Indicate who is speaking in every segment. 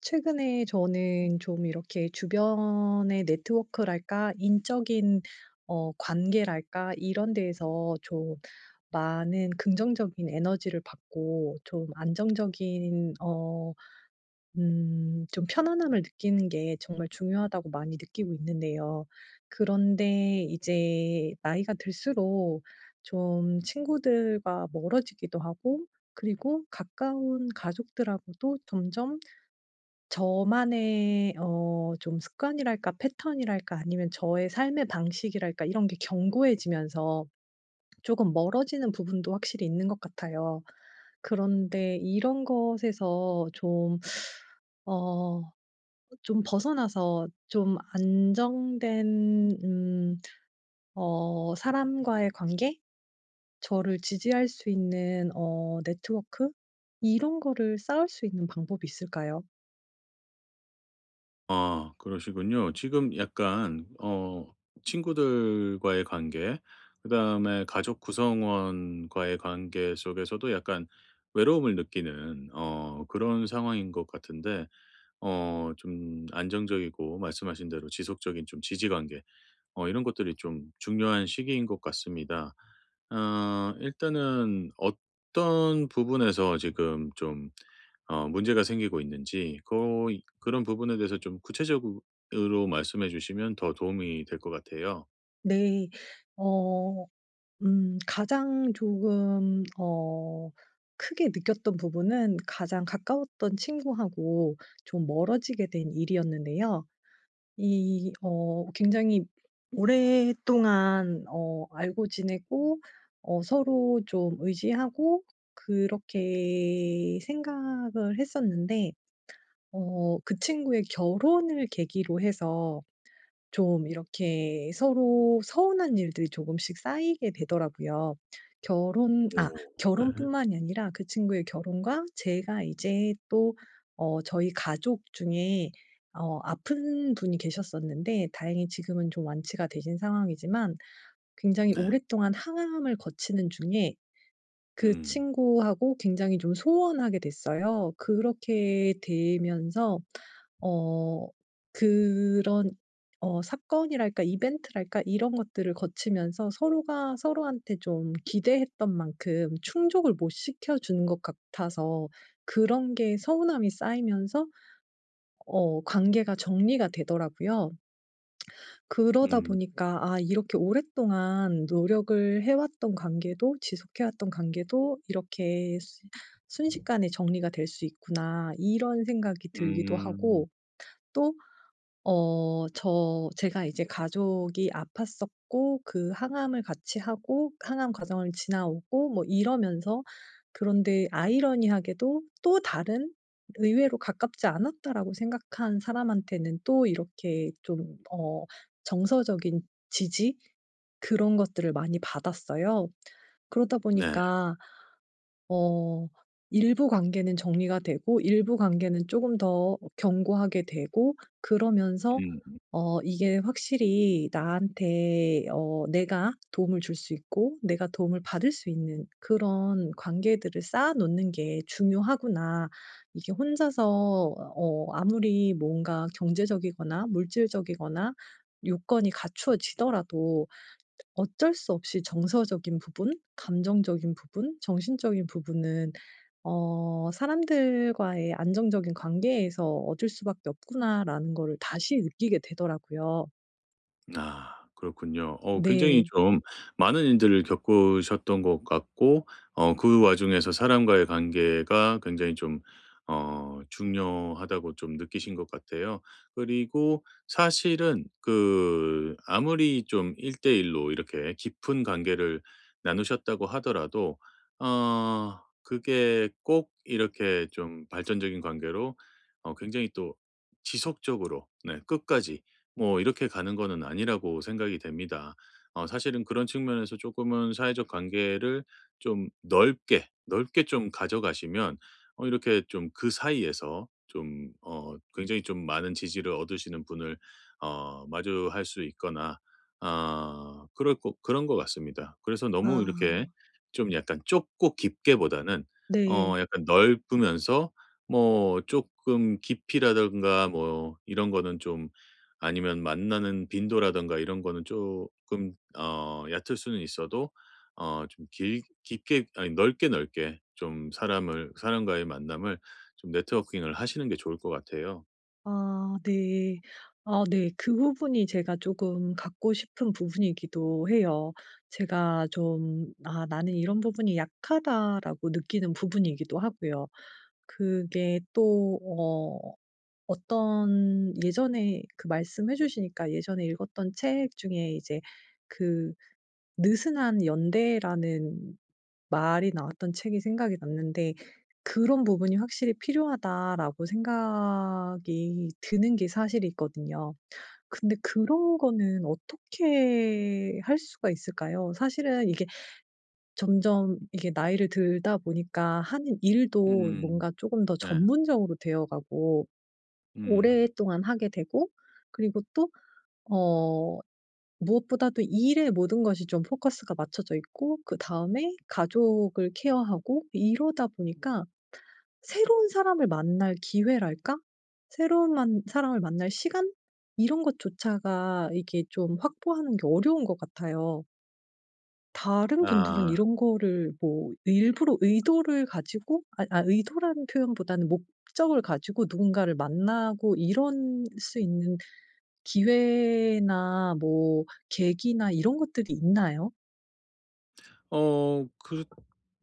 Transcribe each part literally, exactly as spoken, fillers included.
Speaker 1: 최근에 저는 좀 이렇게 주변의 네트워크랄까, 인적인 어, 관계랄까, 이런 데에서 좀 많은 긍정적인 에너지를 받고 좀 안정적인, 어, 음, 좀 편안함을 느끼는 게 정말 중요하다고 많이 느끼고 있는데요. 그런데 이제 나이가 들수록 좀 친구들과 멀어지기도 하고, 그리고 가까운 가족들하고도 점점 저만의 어 좀 습관이랄까 패턴이랄까, 아니면 저의 삶의 방식이랄까, 이런 게 견고해지면서 조금 멀어지는 부분도 확실히 있는 것 같아요. 그런데 이런 것에서 좀 어 좀 벗어나서 좀 안정된 음 어 사람과의 관계? 저를 지지할 수 있는 어 네트워크? 이런 거를 쌓을 수 있는 방법이 있을까요?
Speaker 2: 아 그러시군요. 지금 약간 어 친구들과의 관계 그다음에 가족 구성원과의 관계 속에서도 약간 외로움을 느끼는 어 그런 상황인 것 같은데 어 좀 안정적이고 말씀하신 대로 지속적인 좀 지지 관계 어 이런 것들이 좀 중요한 시기인 것 같습니다. 어 일단은 어떤 부분에서 지금 좀 어 문제가 생기고 있는지 그 그런 부분에 대해서 좀 구체적으로 말씀해 주시면 더 도움이 될 것 같아요.
Speaker 1: 내어 음 가장 조금 어 크게 느꼈던 부분은 가장 가까웠던 친구하고 좀 멀어지게 된 일이었는데요. 이 어 굉장히 오랫동안 어 알고 지내고 어 서로 좀 의지하고 그렇게 생각을 했었는데, 어 그 친구의 결혼을 계기로 해서 좀 이렇게 서로 서운한 일들이 조금씩 쌓이게 되더라고요. 결혼 아
Speaker 2: 오. 네.
Speaker 1: 결혼뿐만이 아니라 그 친구의 결혼과 제가 이제 또 어 저희 가족 중에 어 아픈 분이 계셨었는데, 다행히 지금은 좀 완치가 되신 상황이지만 굉장히
Speaker 2: 네.
Speaker 1: 오랫동안 항암을 거치는 중에 그
Speaker 2: 음.
Speaker 1: 친구하고 굉장히 좀 소원하게 됐어요. 그렇게 되면서 어 그런 어 사건이랄까 이벤트랄까, 이런 것들을 거치면서 서로가 서로한테 좀 기대했던 만큼 충족을 못 시켜 주는 것 같아서 그런 게 서운함이 쌓이면서 어 관계가 정리가 되더라고요. 그러다
Speaker 2: 음.
Speaker 1: 보니까 아, 이렇게 오랫동안 노력을 해 왔던 관계도, 지속해 왔던 관계도 이렇게 순 '순식간에 정리가 될 수 있구나.' 이런 생각이 들기도
Speaker 2: 음.
Speaker 1: 하고, 또 어 저 제가 이제 가족이 아팠었고 그 항암을 같이 하고 항암 과정을 지나오고 뭐 이러면서, 그런데 아이러니하게도 또 다른, 의외로 가깝지 않았다라고 생각한 사람한테는 또 이렇게 좀 어 정서적인 지지, 그런 것들을 많이 받았어요. 그러다
Speaker 2: 네.
Speaker 1: 보니까 어 일부 관계는 정리가 되고 일부 관계는 조금 더 견고하게 되고, 그러면서
Speaker 2: 음.
Speaker 1: 어 이게 확실히 나한테, 어 내가 도움을 줄 수 있고 내가 도움을 받을 수 있는 그런 관계들을 쌓아 놓는 게 중요하구나. 이게 혼자서 어 아무리 뭔가 경제적이거나 물질적이거나 요건이 갖추어지더라도 어쩔 수 없이 정서적인 부분, 감정적인 부분, 정신적인 부분은 어 '사람들과의 안정적인 관계에서 얻을 수밖에 없구나.'라는 거를 다시 느끼게 되더라고요.
Speaker 2: 아 그렇군요. 어 굉장히
Speaker 1: 네.
Speaker 2: 좀 많은 일들을 겪으셨던 것 같고 어 그 와중에서 사람과의 관계가 굉장히 좀 어 중요하다고 좀 느끼신 것 같아요. 그리고 사실은 그 아무리 좀 일 대일로 이렇게 깊은 관계를 나누셨다고 하더라도 어 그게 꼭 이렇게 좀 발전적인 관계로 어 굉장히 또 지속적으로 네 끝까지 뭐 이렇게 가는 거는 아니라고 생각이 됩니다. 어 사실은 그런 측면에서 조금은 사회적 관계를 좀 넓게, 넓게 좀 가져가시면 어 이렇게 좀 그 사이에서 좀 어 굉장히 좀 많은 지지를 얻으시는 분을 어 마주할 수 있거나 아 그럴 것 그런 것 같습니다. 그래서 너무 이렇게
Speaker 1: 아
Speaker 2: 좀 약간 좁고 깊게보다는 어
Speaker 1: 네.
Speaker 2: 약간 넓으면서 뭐 조금 깊이라든가 뭐 이런 거는 좀 아니면 만나는 빈도라든가 이런 거는 조금 어 얕을 수는 있어도 어 좀 길 깊게 아니 넓게, 넓게 좀 사람을 사람과의 만남을 좀 네트워킹을 하시는 게 좋을 것 같아요.
Speaker 1: 아 네. 아 네. 그 부분이 제가 쪼금 갖고 싶은 부분이기도 해요. 제가 좀 '아, 나는 이런 부분이 약하다.'라고 느끼는 부분이기도 하고요. 그게 또 어 어떤, 예전에 그 말씀해 주시니까 예전에 읽었던 책 중에 이제 그 느슨한 연대라는 말이 나왔던 책이 생각이 났는데, 그런 부분이 확실히 필요하다라고 생각이 드는 게 사실이거든요. 근데 그런 거는 어떻게 할 수가 있을까요? 사실은 이게 점점 이게 나이를 들다 보니까 하는 일도
Speaker 2: 음.
Speaker 1: 뭔가 조금 더
Speaker 2: 네.
Speaker 1: 전문적으로 되어 가고
Speaker 2: 음.
Speaker 1: 오랫동안 하게 되고, 그리고 또어 무엇보다도 이 일에 모든 것이 좀 포커스가 맞춰져 있고, 그다음에 가족을 케어하고 이러다 음. 보니까 새로운 사람을 만날 기회랄까? 새로운 만 사람을 만날 시간? 이런 것조차가 이게 좀 확보하는 게 어려운 것 같아요. 다른 분들은
Speaker 2: 아.
Speaker 1: 이런 거를 뭐 일부러 의도를 가지고, 아 아 의도라는 표현보다는 목적을 가지고 누군가를 만나고 이럴 수 있는 기회나 뭐 계기나 이런 것들이 있나요?
Speaker 2: 어 그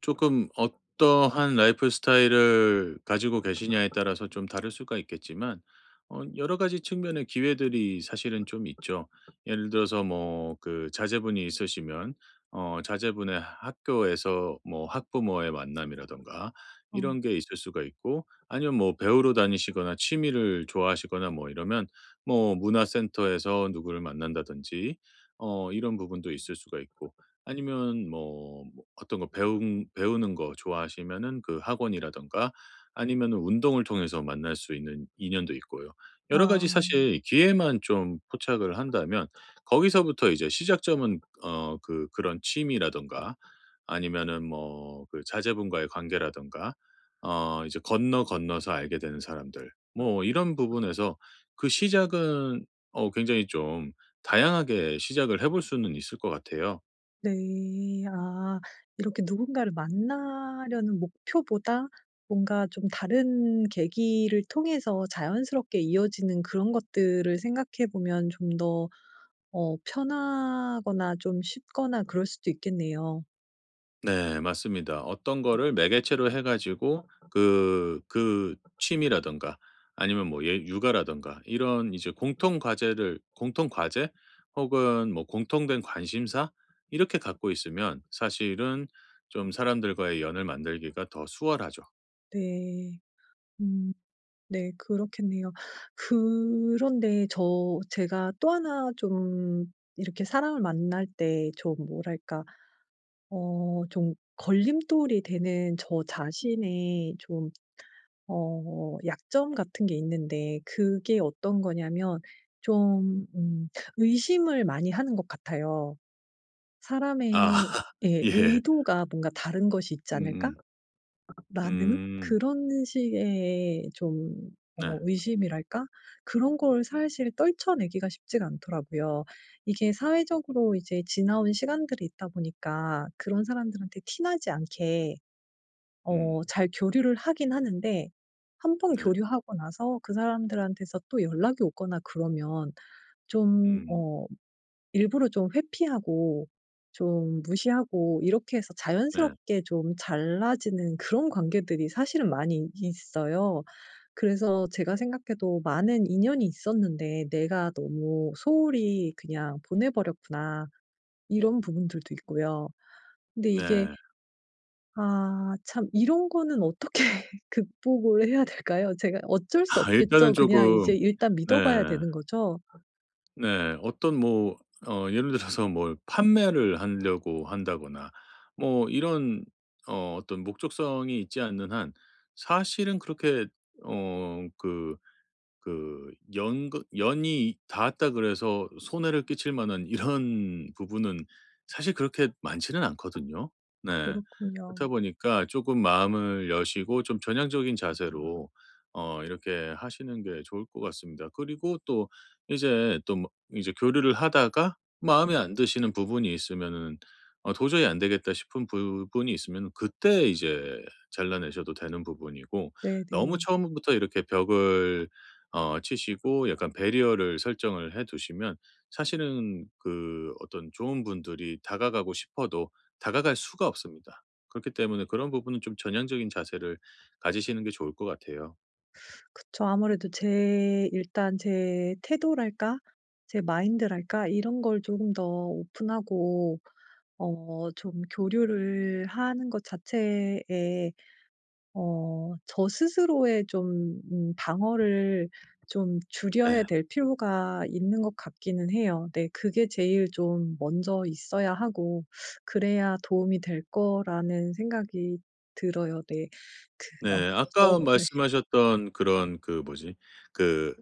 Speaker 2: 조금 어떠한 라이프 스타일을 가지고 계시냐에 따라서 좀 다를 수가 있겠지만 어 여러 가지 측면의 기회들이 사실은 좀 있죠. 예를 들어서 뭐 그 자제분이 있으시면 어 자제분의 학교에서 뭐 학부모의 만남이라든가
Speaker 1: 어.
Speaker 2: 이런 게 있을 수가 있고 아니면 뭐 배우로 다니시거나 취미를 좋아하시거나 뭐 이러면 뭐 문화센터에서 누구를 만난다든지 어 이런 부분도 있을 수가 있고 아니면 뭐 뭐 어떤 거 배운 배우는 거 좋아하시면은 그 학원이라든가 아니면은 운동을 통해서 만날 수 있는 인연도 있고요. 여러 가지
Speaker 1: 아
Speaker 2: 사실 기회만 좀 포착을 한다면 거기서부터 이제 시작점은 어 그 그런 취미라든가 아니면은 뭐 그 자제분과의 관계라든가 어 이제 건너 건너서 알게 되는 사람들 뭐 이런 부분에서 그 시작은 어 굉장히 좀 다양하게 시작을 해볼 수는 있을 것 같아요.
Speaker 1: 네. 아, 이렇게 누군가를 만나려는 목표보다 뭔가 좀 다른 계기를 통해서 자연스럽게 이어지는 그런 것들을 생각해 보면 좀 더 어 편하거나 좀 쉽거나 그럴 수도 있겠네요.
Speaker 2: 네 맞습니다. 어떤 거를 매개체로 해 가지고 그 그 취미라든가 아니면 뭐 예 육아라든가 이런 이제 공통 과제를 공통 과제 혹은 뭐 공통된 관심사 이렇게 갖고 있으면 사실은 좀 사람들과의 연을 만들기가 더 수월하죠.
Speaker 1: 네. 음. 네, 그렇겠네요. 그런데 저 제가 또 하나 좀 이렇게 사람을 만날 때 좀 뭐랄까, 어 좀 걸림돌이 되는 저 자신의 좀 어 약점 같은 게 있는데, 그게 어떤 거냐면 좀 음 의심을 많이 하는 것 같아요.
Speaker 2: 아
Speaker 1: '사람의 예
Speaker 2: 예.
Speaker 1: 의도가 뭔가 다른 것이 있지 않을까?'
Speaker 2: 음음. 음.
Speaker 1: 나는
Speaker 2: 음,
Speaker 1: 그런 식의 좀
Speaker 2: 네.
Speaker 1: 어 의심이랄까? 그런 걸 사실 떨쳐내기가 쉽지가 않더라고요. 이게 사회적으로 이제 지나온 시간들이 있다 보니까 그런 사람들한테 티 나지 않게
Speaker 2: 음.
Speaker 1: 어 잘 교류를 하긴 하는데, 한번
Speaker 2: 네.
Speaker 1: 교류하고 나서 그 사람들한테서 또 연락이 오거나 그러면 좀
Speaker 2: 음.
Speaker 1: 어 일부러 좀 회피하고 좀 무시하고 이렇게 해서
Speaker 2: 네.
Speaker 1: 자연스럽게 좀 잘라지는 그런 관계들이 사실은 많이 있어요. 그래서 제가 생각해도 많은 인연이 있었는데 '내가 너무 소홀히 그냥 보내버렸구나.' 이런 부분들도 있고요. 근데 이게
Speaker 2: 네.
Speaker 1: 아, 참 이런 거는 어떻게 극복을 해야 될까요? 제가 어쩔 수
Speaker 2: 아 일단은
Speaker 1: 없겠죠.
Speaker 2: 조
Speaker 1: 그냥
Speaker 2: 금
Speaker 1: 이제 일단
Speaker 2: 네.
Speaker 1: 믿어 봐야 되는 거죠.
Speaker 2: 네. 어떤 뭐 어 예를 들어서 뭘 판매를 하려고 한다거나 뭐 이런 어 어떤 목적성이 있지 않는 한 사실은 그렇게 어그 그 연 그 연이 닿았다 그래서 손해를 끼칠 만한 이런 부분은 사실 그렇게 많지는 않거든요. 네.
Speaker 1: 그렇군요.
Speaker 2: 그렇다 보니까 조금 마음을 여시고 좀 전향적인 자세로 어 이렇게 하시는 게 좋을 것 같습니다. 그리고 또 이제 또 뭐 이제 교류를 하다가 마음에 안 드시는 부분이 있으면은 어 도저히 안 되겠다 싶은 부분이 있으면 그때 이제 잘라내셔도 되는 부분이고 너무
Speaker 1: 네네.
Speaker 2: 처음부터 이렇게 벽을 어 치시고 약간 배리어를 설정을 해 두시면 사실은 그 어떤 좋은 분들이 다가가고 싶어도 다가갈 수가 없습니다. 그렇기 때문에 그런 부분은 좀 전향적인 자세를 가지시는 게 좋을 것 같아요.
Speaker 1: 그쵸. 아무래도 제 일단 제 태도랄까? 제 마인드랄까? 이런 걸 조금 더 오픈하고 어 좀 교류를 하는 것 자체에 어 저 스스로의 좀 음 방어를 좀
Speaker 2: 네.
Speaker 1: 줄여야 될 필요가 있는 것 같기는 해요. 네. 그게 제일 좀 먼저 있어야 하고 그래야 도움이 될 거라는 생각이 들어요. 네. 그 어
Speaker 2: 네. 아까
Speaker 1: 너 네.
Speaker 2: 말씀하셨던 그런 그 뭐지? 그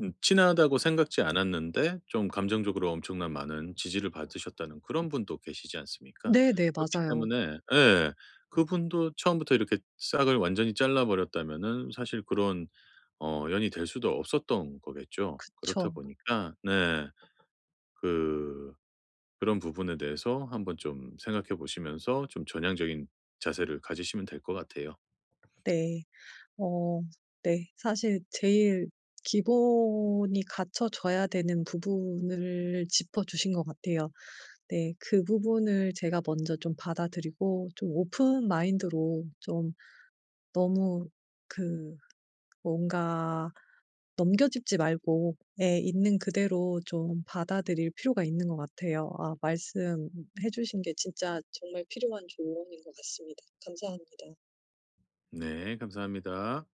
Speaker 2: 음 친하다고 생각지 않았는데 좀 감정적으로 엄청난 많은 지지를 받으셨다는 그런 분도 계시지 않습니까?
Speaker 1: 네네.
Speaker 2: 그렇기
Speaker 1: 맞아요.
Speaker 2: 때문에 예. 그분도 처음부터 이렇게 싹을 완전히 잘라 버렸다면은 사실 그런 어 연이 될 수도 없었던 거겠죠. 그렇다
Speaker 1: 그쵸.
Speaker 2: 보니까 네. 그 그런 부분에 대해서 한번 좀 생각해 보시면서 좀 전향적인 자세를 가지시면 될 것 같아요.
Speaker 1: 네. 어 네. 사실 제일 기본이 갖춰져야 되는 부분을 짚어 주신 것 같아요. 네. 그 부분을 제가 먼저 좀 받아들이고 좀 오픈 마인드로 좀 너무 그 뭔가 넘겨짚지 말고, 예 있는 그대로 좀 받아들일 필요가 있는 것 같아요. 아, 말씀해 주신 게 진짜 정말 필요한 조언인 것 같습니다. 감사합니다.
Speaker 2: 네, 감사합니다.